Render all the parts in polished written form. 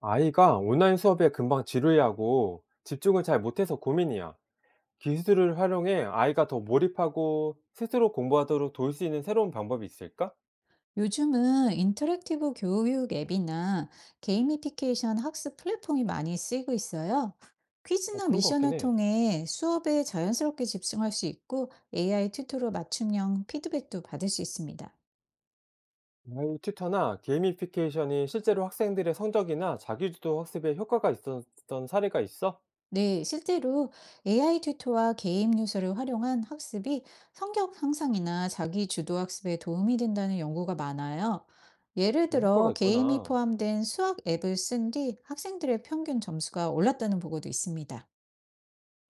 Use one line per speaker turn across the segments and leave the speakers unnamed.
아이가 온라인 수업에 금방 지루해하고 집중을 잘 못해서 고민이야. 기술을 활용해 아이가 더 몰입하고 스스로 공부하도록 도울 수 있는 새로운 방법이 있을까?
요즘은 인터랙티브 교육 앱이나 게이미피케이션 학습 플랫폼이 많이 쓰이고 있어요. 퀴즈나
그런 것 같긴
미션을
해.
통해 수업에 자연스럽게 집중할 수 있고 AI 튜토로 맞춤형 피드백도 받을 수 있습니다.
AI 튜터나 게이미피케이션이 실제로 학생들의 성적이나 자기주도 학습에 효과가 있었던 사례가 있어?
네, 실제로 AI 튜토와 게임 요소를 활용한 학습이 성격 향상이나 자기 주도 학습에 도움이 된다는 연구가 많아요. 예를
효과가
들어 게임이
있구나.
포함된 수학 앱을 쓴 뒤 학생들의 평균 점수가 올랐다는 보고도 있습니다.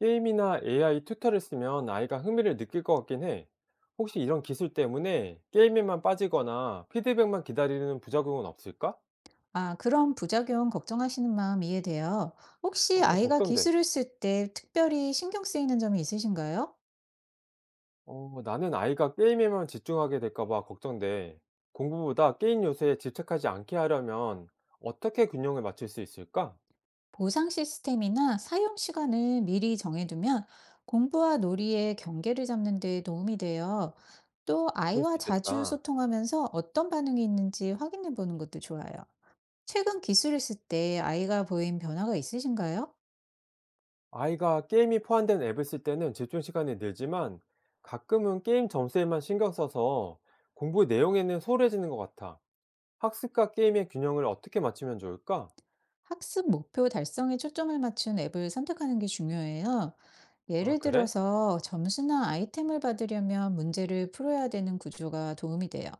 게임이나 AI 튜터를 쓰면 아이가 흥미를 느낄 것 같긴 해. 혹시 이런 기술 때문에 게임에만 빠지거나 피드백만 기다리는 부작용은 없을까?
아, 그런 부작용 걱정하시는 마음 이해돼요. 혹시
좀
아이가
걱정돼.
기술을 쓸 때 특별히 신경 쓰이는 점이 있으신가요?
나는 아이가 게임에만 집중하게 될까 봐 걱정돼. 공부보다 게임 요소에 집착하지 않게 하려면 어떻게 균형을 맞출 수 있을까?
보상 시스템이나 사용 시간을 미리 정해두면 공부와 놀이의 경계를 잡는 데 도움이 돼요. 또
그럴 수
아이와 자주
있겠다.
소통하면서 어떤 반응이 있는지 확인해 보는 것도 좋아요. 최근 기술을 쓸 때 아이가 보인 변화가 있으신가요?
아이가 게임이 포함된 앱을 쓸 때는 집중 시간이 늘지만 가끔은 게임 점수에만 신경 써서 공부 내용에는 소홀해지는 것 같아. 학습과 게임의 균형을 어떻게 맞추면 좋을까?
학습 목표 달성에 초점을 맞춘 앱을 선택하는 게 중요해요.
아,
예를
그래?
들어서 점수나 아이템을 받으려면 문제를 풀어야 되는 구조가 도움이 돼요.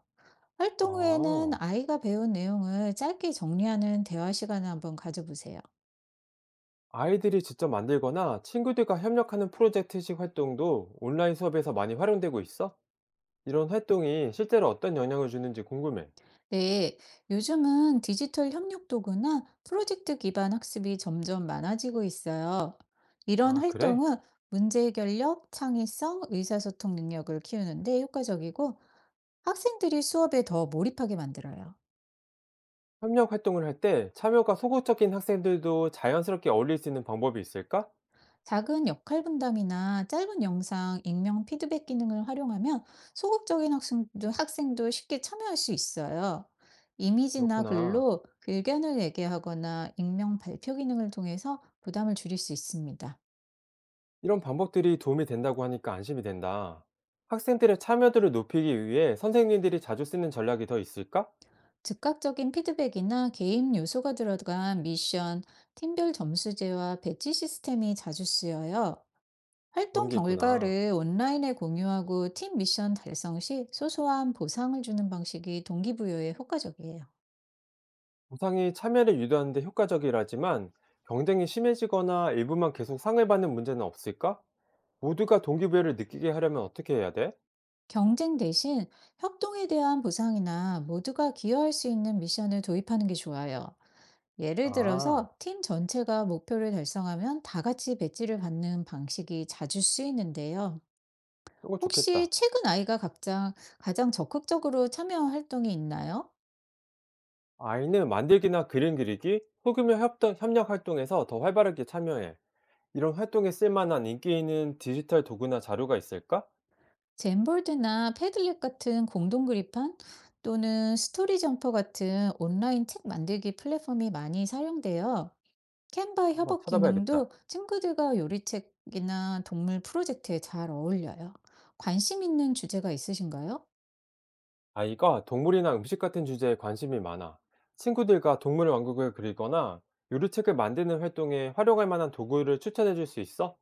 활동 후에는
아,
아이가 배운 내용을 짧게 정리하는 대화 시간을 한번 가져보세요.
아이들이 직접 만들거나 친구들과 협력하는 프로젝트식 활동도 온라인 수업에서 많이 활용되고 있어? 이런 활동이 실제로 어떤 영향을 주는지 궁금해.
네, 요즘은 디지털 협력 도구나 프로젝트 기반 학습이 점점 많아지고 있어요. 이런
아, 그래?
활동은 문제 해결력, 창의성, 의사소통 능력을 키우는데 효과적이고 학생들이 수업에 더 몰입하게 만들어요.
협력 활동을 할 때 참여가 소극적인 학생들도 자연스럽게 어울릴 수 있는 방법이 있을까?
작은 역할 분담이나 짧은 영상, 익명 피드백 기능을 활용하면 학생도 쉽게 참여할 수 있어요. 이미지나
그렇구나.
글로 의견을 얘기하거나 익명 발표 기능을 통해서 부담을 줄일 수 있습니다.
이런 방법들이 도움이 된다고 하니까 안심이 된다. 학생들의 참여도를 높이기 위해 선생님들이 자주 쓰는 전략이 더 있을까?
즉각적인 피드백이나 게임 요소가 들어간 미션, 팀별 점수제와 배치 시스템이 자주 쓰여요.
그런
활동
게 있구나.
결과를 온라인에 공유하고 팀 미션 달성 시 소소한 보상을 주는 방식이 동기부여에 효과적이에요.
보상이 참여를 유도하는 데 효과적이라지만 경쟁이 심해지거나 일부만 계속 상을 받는 문제는 없을까? 모두가 동기부여를 느끼게 하려면 어떻게 해야 돼?
경쟁 대신 협동에 대한 보상이나 모두가 기여할 수 있는 미션을 도입하는 게 좋아요. 예를
아,
들어서 팀 전체가 목표를 달성하면 다 같이 배지를 받는 방식이 자주 쓰이는데요.
이거
혹시
좋겠다.
최근 아이가 각자 가장 적극적으로 참여한 활동이 있나요?
아이는 만들기나 그림 그리기, 소규모 협동, 협력 활동에서 더 활발하게 참여해. 이런 활동에 쓸만한 인기 있는 디지털 도구나 자료가 있을까?
젠볼드나 패들렛 같은 공동 그립판 또는 스토리 점퍼 같은 온라인 책 만들기 플랫폼이 많이 사용돼요. 캔바
한번
협업 기능도
찾아봐야겠다.
친구들과 요리책이나 동물 프로젝트에 잘 어울려요. 관심 있는 주제가 있으신가요?
아이가 동물이나 음식 같은 주제에 관심이 많아. 친구들과 동물 왕국을 그리거나 요리책을 만드는 활동에 활용할 만한 도구를 추천해 줄 수 있어?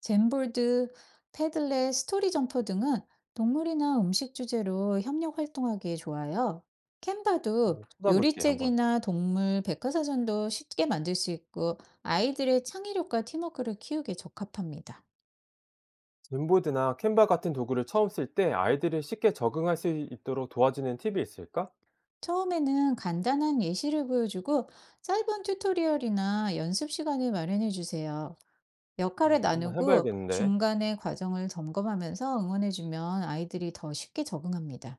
젠볼드, 패들렛, 스토리 점퍼 등은 동물이나 음식 주제로 협력 활동하기에 좋아요. 캔바도
찾아볼게, 한번.
요리책이나 동물 백과사전도 쉽게 만들 수 있고 아이들의 창의력과 팀워크를 키우기에 적합합니다.
젠보드나 캔바 같은 도구를 처음 쓸 때 아이들이 쉽게 적응할 수 있도록 도와주는 팁이 있을까?
처음에는 간단한 예시를 보여주고 짧은 튜토리얼이나 연습 시간을 마련해 주세요. 역할을
한번
나누고
해봐야겠는데.
중간에 과정을 점검하면서 응원해주면 아이들이 더 쉽게 적응합니다.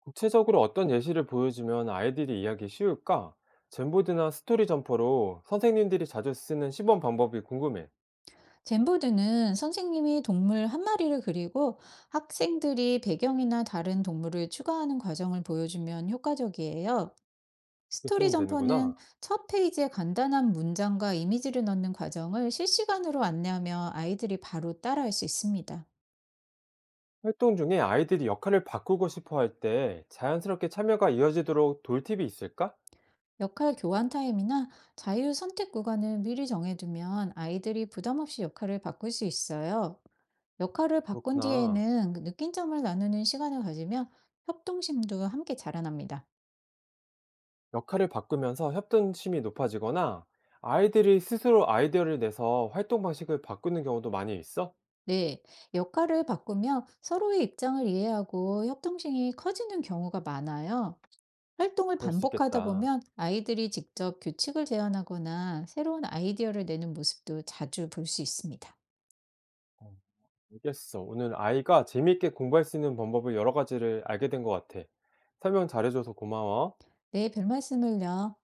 구체적으로 어떤 예시를 보여주면 아이들이 이해하기 쉬울까? 젠보드나 스토리 점퍼로 선생님들이 자주 쓰는 시범 방법이 궁금해.
젠보드는 선생님이 동물 한 마리를 그리고 학생들이 배경이나 다른 동물을 추가하는 과정을 보여주면 효과적이에요.
이렇게
스토리
쓰면 되는구나.
점퍼는 첫 페이지에 간단한 문장과 이미지를 넣는 과정을 실시간으로 안내하며 아이들이 바로 따라할 수 있습니다.
활동 중에 아이들이 역할을 바꾸고 싶어 할 때 자연스럽게 참여가 이어지도록 돌 팁이 있을까?
역할 교환 타임이나 자유 선택 구간을 미리 정해두면 아이들이 부담 없이 역할을 바꿀 수 있어요. 역할을 바꾼
그렇구나.
뒤에는 그 느낀 점을 나누는 시간을 가지면 협동심도 함께 자라납니다.
역할을 바꾸면서 협동심이 높아지거나 아이들이 스스로 아이디어를 내서 활동 방식을 바꾸는 경우도 많이 있어?
네, 역할을 바꾸며 서로의 입장을 이해하고 협동심이 커지는 경우가 많아요. 활동을
그럴 수
반복하다
있겠다.
보면 아이들이 직접 규칙을 제안하거나 새로운 아이디어를 내는 모습도 자주 볼 수 있습니다.
어. 알겠어. 오늘 아이가 재미있게 공부할 수 있는 방법을 여러 가지를 알게 된 것 같아. 설명 잘해줘서 고마워.
네, 별 말씀을요.